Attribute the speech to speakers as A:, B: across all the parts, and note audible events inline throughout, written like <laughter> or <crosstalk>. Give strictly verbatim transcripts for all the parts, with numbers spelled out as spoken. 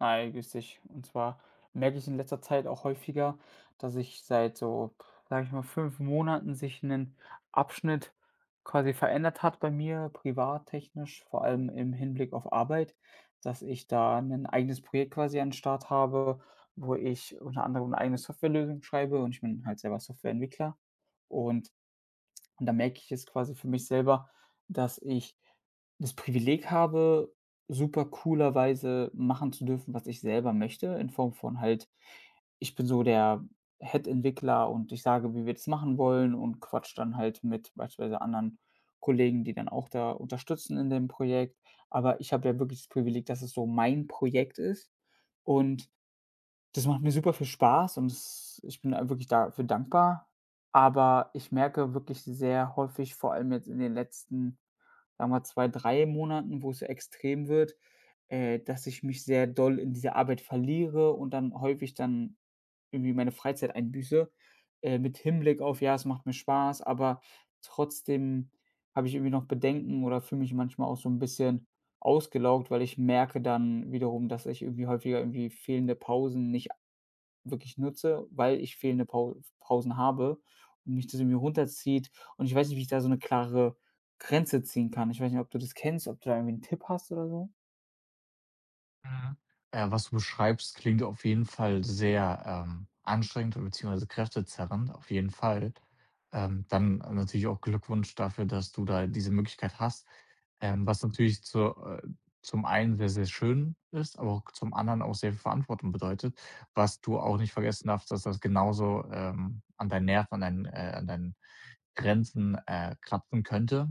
A: Nein, grüß dich. Und zwar merke ich in letzter Zeit auch häufiger, dass ich seit so, sage ich mal, fünf Monaten sich 'nen Abschnitt quasi verändert hat bei mir, privattechnisch, vor allem im Hinblick auf Arbeit, dass ich da ein eigenes Projekt quasi an den Start habe, wo ich unter anderem 'ne eigene Softwarelösung schreibe, und ich bin halt selber Softwareentwickler, und und da merke ich jetzt quasi für mich selber, dass ich das Privileg habe, super coolerweise machen zu dürfen, was ich selber möchte, in Form von halt, ich bin so der Head-Entwickler und ich sage, wie wir das machen wollen, und quatsch dann halt mit beispielsweise anderen Kollegen, die dann auch da unterstützen in dem Projekt. Aber ich habe ja wirklich das Privileg, dass es so mein Projekt ist. Und das macht mir super viel Spaß und es ich bin da wirklich dafür dankbar, aber ich merke wirklich sehr häufig, vor allem jetzt in den letzten, sagen wir, zwei drei Monaten, wo es so extrem wird, äh, dass ich mich sehr doll in diese Arbeit verliere und dann häufig dann irgendwie meine Freizeit einbüße, äh, mit Hinblick auf: „Ja, es macht mir Spaß“, aber trotzdem habe ich irgendwie noch Bedenken oder fühle mich manchmal auch so ein bisschen ausgelaugt, weil ich merke dann wiederum, dass ich irgendwie häufiger irgendwie fehlende Pausen nicht wirklich nutze, weil ich fehlende Pau Pausen habe und mich das irgendwie runterzieht. Und ich weiß nicht, wie ich da so 'ne klare Grenze ziehen kann. Ich weiß nicht, ob du das kennst, ob du da irgendwie 'n Tipp hast oder so?
B: Mhm. Äh, was du beschreibst, klingt auf jeden Fall sehr, ähm, anstrengend und beziehungsweise kräftezerrend, auf jeden Fall. Ähm, dann natürlich auch Glückwunsch dafür, dass du da diese Möglichkeit hast, ähm, was natürlich zu äh, zum einen sehr, sehr schön ist, aber auch zum anderen auch sehr viel Verantwortung bedeutet, was du auch nicht vergessen darfst, dass das genauso, ähm, an deinen Nerven, an deinen äh, an deinen Grenzen, äh, kratzen könnte.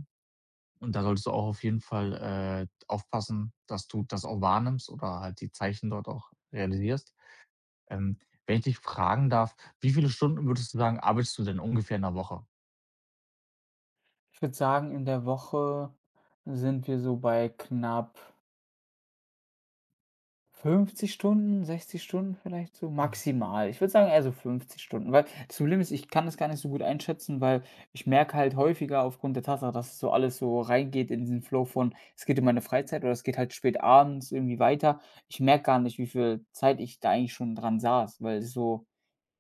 B: Und da solltest du auch auf jeden Fall, äh, aufpassen, dass du das auch wahrnimmst oder halt die Zeichen dort auch realisierst. Ähm, Wenn ich dich fragen darf, wie viele Stunden würdest du sagen, arbeitest du denn ungefähr in der Woche?
A: Ich würde sagen, in der Woche sind wir so bei knapp fünfzig Stunden, sechzig Stunden vielleicht so
B: Mhm.
A: maximal. Ich würde sagen, eher so fünfzig Stunden, weil das Problem ist, ich kann das gar nicht so gut einschätzen, weil ich merke halt häufiger aufgrund der Tatsache, dass es so alles so reingeht in diesen Flow von, es geht in meine Freizeit oder es geht halt spät abends irgendwie weiter. Ich merke gar nicht, wie viel Zeit ich da eigentlich schon dran saß, weil so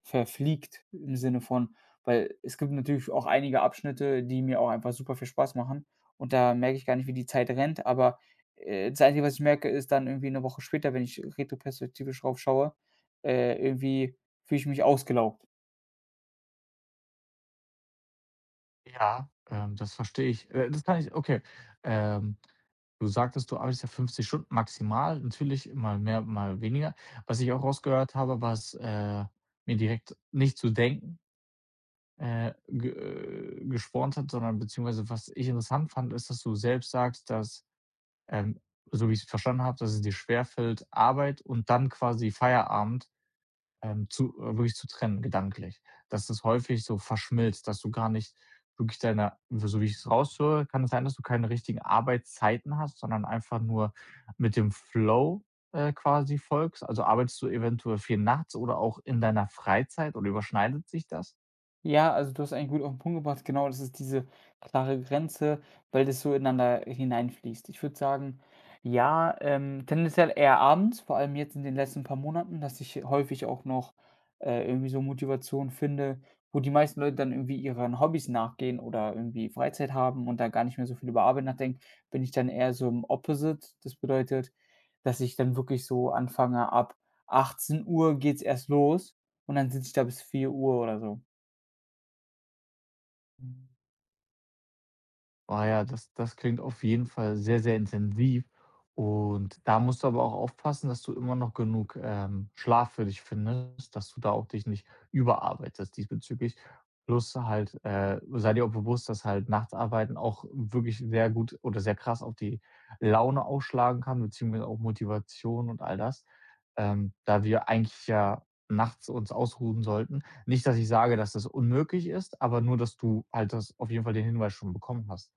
A: verfliegt im Sinne von, weil es gibt natürlich auch einige Abschnitte, die mir auch einfach super viel Spaß machen, und da merke ich gar nicht, wie die Zeit rennt, aber äh, das Einzige, was ich merke, ist dann irgendwie eine Woche später, wenn ich retroperspektivisch drauf schaue, äh, irgendwie fühle ich mich ausgelaugt.
B: Ja, ähm, das verstehe ich. Äh, das kann ich okay. Ähm, Du sagtest, du arbeitest ja fünfzig Stunden maximal, natürlich mal mehr, mal weniger. Was ich auch rausgehört habe, was, äh, mir direkt nicht zu denken, äh, ge äh, gespornt hat, sondern beziehungsweise was ich interessant fand, ist, dass du selbst sagst, dass Ähm, so wie ich es verstanden habe, dass es dir schwerfällt, Arbeit und dann quasi Feierabend, ähm, zu äh, wirklich zu trennen gedanklich. Dass das häufig so verschmilzt, dass du gar nicht wirklich deine, so wie ich es raushöre, kann es sein, dass du keine richtigen Arbeitszeiten hast, sondern einfach nur mit dem Flow, äh, quasi folgst? Also, arbeitest du eventuell viel nachts oder auch in deiner Freizeit oder überschneidet sich das?
A: Ja, also du hast eigentlich gut auf 'n Punkt gebracht. Genau, das ist diese klare Grenze, weil das so ineinander hineinfließt. Ich würde sagen, ja, ähm, tendenziell eher abends, vor allem jetzt in den letzten paar Monaten, dass ich häufig auch noch äh, irgendwie so Motivation finde, wo die meisten Leute dann irgendwie ihren Hobbys nachgehen oder irgendwie Freizeit haben und da gar nicht mehr so viel über Arbeit nachdenken, bin ich dann eher so im Opposite. Das bedeutet, dass ich dann wirklich so anfange, ab achtzehn Uhr geht's erst los und dann sitze ich da bis vier Uhr oder so.
B: Ah ja, das das klingt auf jeden Fall sehr, sehr intensiv. Und da musst du aber auch aufpassen, dass du immer noch genug, ähm, Schlaf für dich findest, dass du da auch dich nicht überarbeitest diesbezüglich. Plus halt, äh, sei dir auch bewusst, dass halt Nachtarbeiten auch wirklich sehr gut oder sehr krass auf die Laune ausschlagen kann, beziehungsweise auch Motivation und all das, ähm, da wir eigentlich ja nachts uns ausruhen sollten. Nicht, dass ich sage, dass das unmöglich ist, aber nur, dass du halt das auf jeden Fall den Hinweis schon bekommen hast.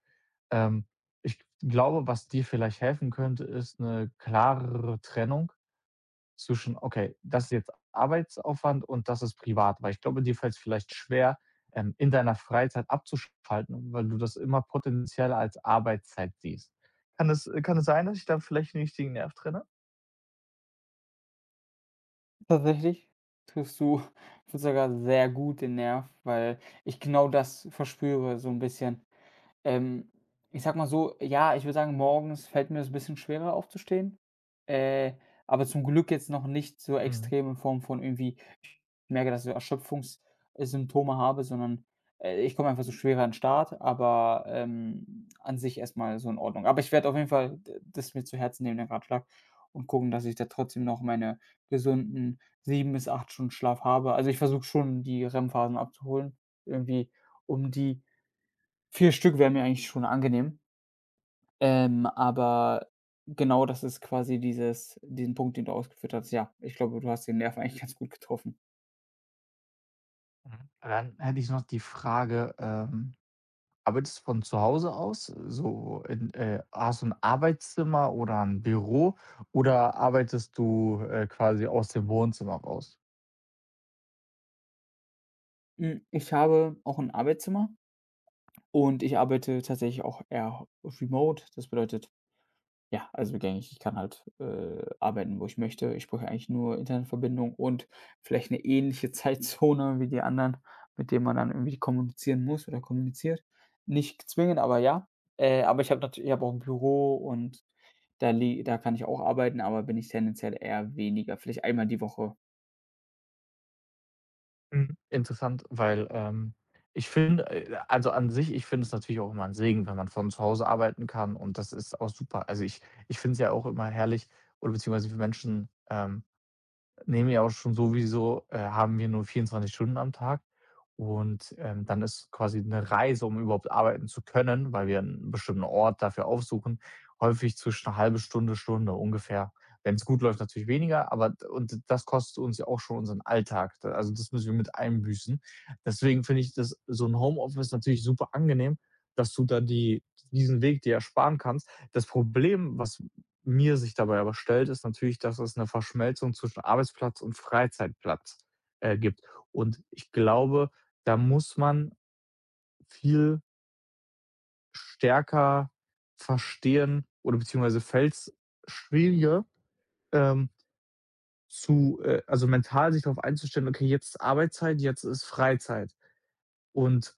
B: Ähm, Ich glaube, was dir vielleicht helfen könnte, ist eine klarere Trennung zwischen: „Okay, das ist jetzt Arbeitsaufwand und das ist privat.“ Weil ich glaube, dir fällt es vielleicht schwer, ähm, in deiner Freizeit abzuschalten, weil du das immer potenziell als Arbeitszeit siehst. Kann es äh, kann es sein, dass ich da vielleicht 'n richtigen Nerv trenne?
A: Tatsächlich triffst du <laughs> sogar sehr gut den Nerv, weil ich genau das verspüre so ein bisschen. Ähm, Ich sag mal so, ja, ich würde sagen, morgens fällt mir das ein bisschen schwerer aufzustehen, äh, aber zum Glück jetzt noch nicht so
B: Mhm,
A: extrem in Form von irgendwie merke, dass ich so Erschöpfungs äh, habe, sondern äh, ich komme einfach so schwerer an 'n Start, aber ähm, an sich erstmal so in Ordnung. Aber ich werde auf jeden Fall d das mir zu Herzen nehmen, den Ratschlag, und gucken, dass ich da trotzdem noch meine gesunden sieben bis acht Stunden Schlaf habe. Also, ich versuche schon, die REM-Phasen abzuholen. Irgendwie um die vier Stück wäre mir eigentlich schon angenehm. Ähm, aber genau das ist quasi dieses diesen Punkt, den du ausgeführt hast. Ja, ich glaube, du hast den Nerv eigentlich ganz gut getroffen.
B: mhm. Dann hätte ich noch die Frage, ähm arbeitest du von zu Hause aus, so in äh, hast du ein Arbeitszimmer oder ein Büro oder arbeitest du, äh, quasi aus dem Wohnzimmer raus?
A: Hm, ich habe auch ein Arbeitszimmer und ich arbeite tatsächlich auch eher remote. Das bedeutet, ja, also gängig, ich kann halt äh, arbeiten, wo ich möchte. Ich brauche eigentlich nur Internetverbindung und vielleicht eine ähnliche <laughs> Zeitzone wie die anderen, mit denen man dann irgendwie kommunizieren muss oder kommuniziert. Nicht zwingend, aber ja. Äh, aber ich habe natürlich, ich habe auch ein Büro und da lie da kann ich auch arbeiten, aber bin ich tendenziell eher weniger, vielleicht einmal die Woche.
B: Mhm. Interessant, weil, ähm, ich finde äh, also an sich, ich finde es natürlich auch immer ein Segen, wenn man von zu Hause arbeiten kann und das ist auch super. Also, ich ich finde es ja auch immer herrlich oder beziehungsweise für Menschen, ähm nehmen ja auch schon sowieso äh, haben wir nur vierundzwanzig Stunden am Tag und, ähm, dann ist quasi eine Reise, um überhaupt arbeiten zu können, weil wir einen bestimmten Ort dafür aufsuchen, häufig zwischen eine halbe Stunde, Stunde ungefähr. Wenn es gut läuft, natürlich weniger, aber d und das kostet uns ja auch schon unseren Alltag. Da also, das müssen wir mit einbüßen. Deswegen finde ich das so ein Homeoffice natürlich super angenehm, dass du da die diesen Weg dir ersparen kannst. Das Problem, was mir sich dabei aber stellt, ist natürlich, dass es eine Verschmelzung zwischen Arbeitsplatz und Freizeitplatz, äh, gibt. Und ich glaube, da muss man viel stärker verstehen oder beziehungsweise fällt es schwieriger, ähm, zu äh, also mental sich darauf einzustellen: „Okay, jetzt ist Arbeitszeit, jetzt ist Freizeit.“ Und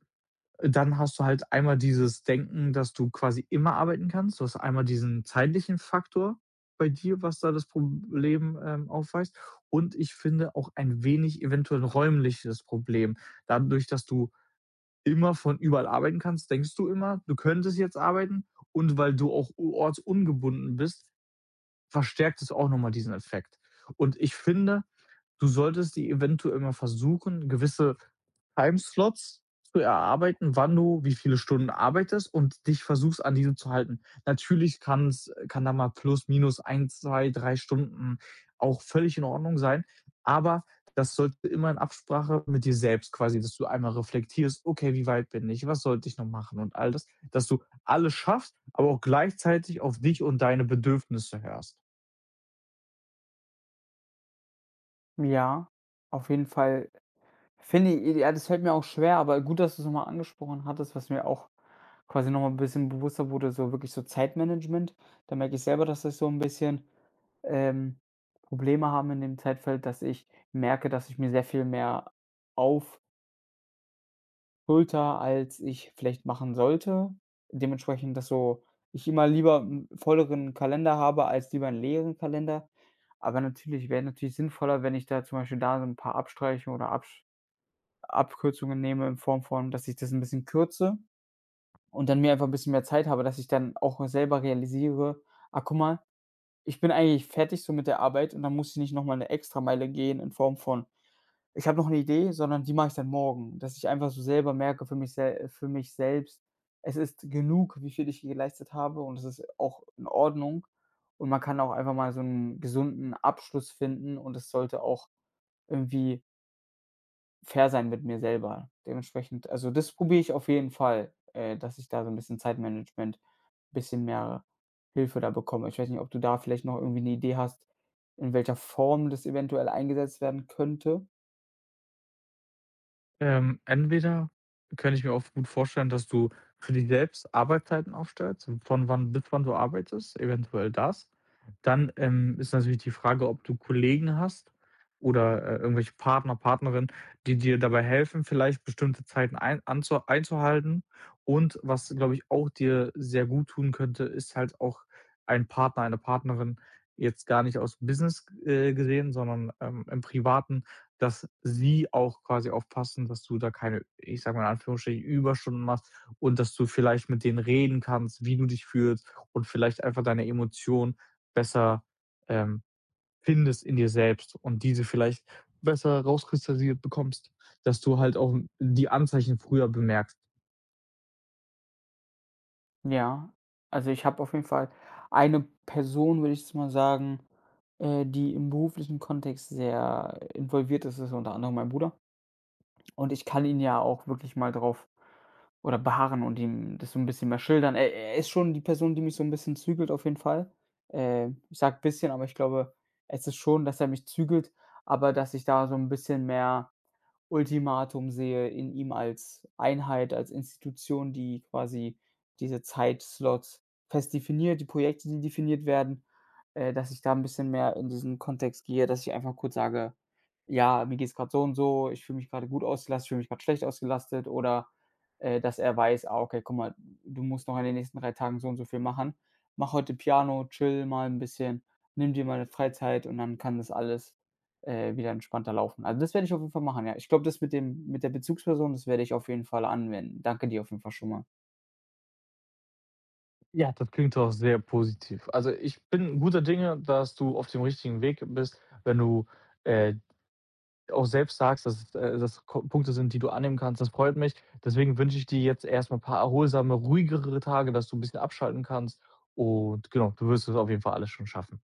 B: dann hast du halt einmal dieses Denken, dass du quasi immer arbeiten kannst. Du hast einmal diesen zeitlichen Faktor bei dir, was da das Problem, ähm, aufweist. Und ich finde auch ein wenig eventuell ein räumliches Problem. Dadurch, dass du immer von überall arbeiten kannst, denkst du immer, du könntest jetzt arbeiten und weil du auch ortsungebunden bist, verstärkt es auch nochmal diesen Effekt. Und ich finde, du solltest die eventuell mal versuchen, gewisse Timeslots zu erarbeiten, wann du wie viele Stunden arbeitest und dich versuchst, an diese zu halten. Natürlich kann's kann da mal plus, minus ein, zwei, drei Stunden auch völlig in Ordnung sein, aber das sollte immer in Absprache mit dir selbst quasi, dass du einmal reflektierst: „Okay, wie weit bin ich? Was sollte ich noch machen?“ und all das, dass du alles schaffst, aber auch gleichzeitig auf dich und deine Bedürfnisse hörst.
A: Ja, auf jeden Fall. Finde i Ja, das fällt mir auch schwer, aber gut, dass du es nochmal angesprochen hattest, was mir auch quasi nochmal ein bisschen bewusster wurde, so wirklich so Zeitmanagement. Da merke ich selber, dass ich so ein bisschen ähm, Probleme habe in dem Zeitfeld, dass ich merke, dass ich mir sehr viel mehr aufbürde, als ich vielleicht machen sollte. Dementsprechend, dass so ich immer lieber 'n volleren Kalender habe als lieber einen leeren Kalender. Aber natürlich wäre natürlich sinnvoller, wenn ich da zum Beispiel da so ein paar Abstreiche oder absch Abkürzungen nehme in Form von, dass ich das 'n bisschen kürze und dann mir einfach 'n bisschen mehr Zeit habe, dass ich dann auch selber realisiere: „Ah, guck mal, ich bin eigentlich fertig so mit der Arbeit und dann muss ich nicht noch mal 'ne Extrameile gehen in Form von: „Ich habe noch 'ne Idee“, sondern die mache ich dann morgen.“ Dass ich einfach so selber merke für mich sel für mich selbst: Es ist genug, wie viel ich hier geleistet habe und es ist auch in Ordnung, und man kann auch einfach mal so 'n gesunden Abschluss finden und es sollte auch irgendwie fair sein mit mir selber. Dementsprechend, also das probiere ich auf jeden Fall, äh, dass ich da so 'n bisschen Zeitmanagement, bisschen mehr Hilfe da bekomme. Ich weiß nicht, ob du da vielleicht noch irgendwie 'ne Idee hast, in welcher Form das eventuell eingesetzt werden könnte?
B: Ähm, entweder kann ich mir auch gut vorstellen, dass du für dich selbst Arbeitszeiten aufstellst, von wann bis wann du arbeitest, eventuell das. Dann, ähm, ist natürlich die Frage, ob du Kollegen hast oder, äh, irgendwelche Partner, Partnerinnen, die dir dabei helfen, vielleicht bestimmte Zeiten ein anzu einzuhalten. Und was, glaube ich, auch dir sehr gut tun könnte, ist halt auch ein Partner, eine Partnerin, jetzt gar nicht aus Business, äh, gesehen, sondern, ähm, im Privaten, dass sie auch quasi aufpassen, dass du da keine, ich sage mal in Anführungsstrichen, Überstunden machst und dass du vielleicht mit denen reden kannst, wie du dich fühlst und vielleicht einfach deine Emotionen besser, ähm, findest in dir selbst und diese vielleicht besser rauskristallisiert bekommst, dass du halt auch die Anzeichen früher bemerkst.
A: Ja, also ich habe auf jeden Fall eine Person, würde ich jetzt mal sagen, äh, die im beruflichen Kontext sehr involviert ist, ist unter anderem mein Bruder. Und ich kann ihn ja auch wirklich mal drauf Oder beharren und ihm das so 'n bisschen mehr schildern. Er er ist schon die Person, die mich so 'n bisschen zügelt auf jeden Fall. Äh, ich sage bisschen, aber ich glaube, es ist schon, dass er mich zügelt, aber dass ich da so 'n bisschen mehr Ultimatum sehe, in ihm als Einheit, als Institution, die quasi diese Zeitslots fest definiert, die Projekte, die definiert werden, äh, dass ich da 'n bisschen mehr in diesen Kontext gehe, dass ich einfach kurz sage: „Ja, mir geht's grad so und so, ich fühle mich grade gut ausgelastet, ich fühle mich grad schlecht ausgelastet.“ Oder äh, dass er weiß: „Ah, okay, guck mal, du musst noch in den nächsten drei Tagen so und so viel machen. Mach heute Piano, chill mal 'n bisschen, nimm dir mal 'ne Freizeit“ und dann kann das alles äh, wieder entspannter laufen. Also, das werde ich auf jeden Fall machen, ja. Ich glaube, das mit dem mit der Bezugsperson, das werde ich auf jeden Fall anwenden. Danke dir auf jeden Fall schon mal.
B: Ja, das klingt doch sehr positiv. Also, ich bin guter Dinge, dass du auf dem richtigen Weg bist, wenn du, äh auch selbst sagst, dass es äh, dass Ko Punkte sind, die du annehmen kannst. Das freut mich. Deswegen wünsche ich dir jetzt erst mal paar erholsame, ruhigere Tage, dass du ein bisschen abschalten kannst. Und genau, du wirst es auf jeden Fall alles schon schaffen.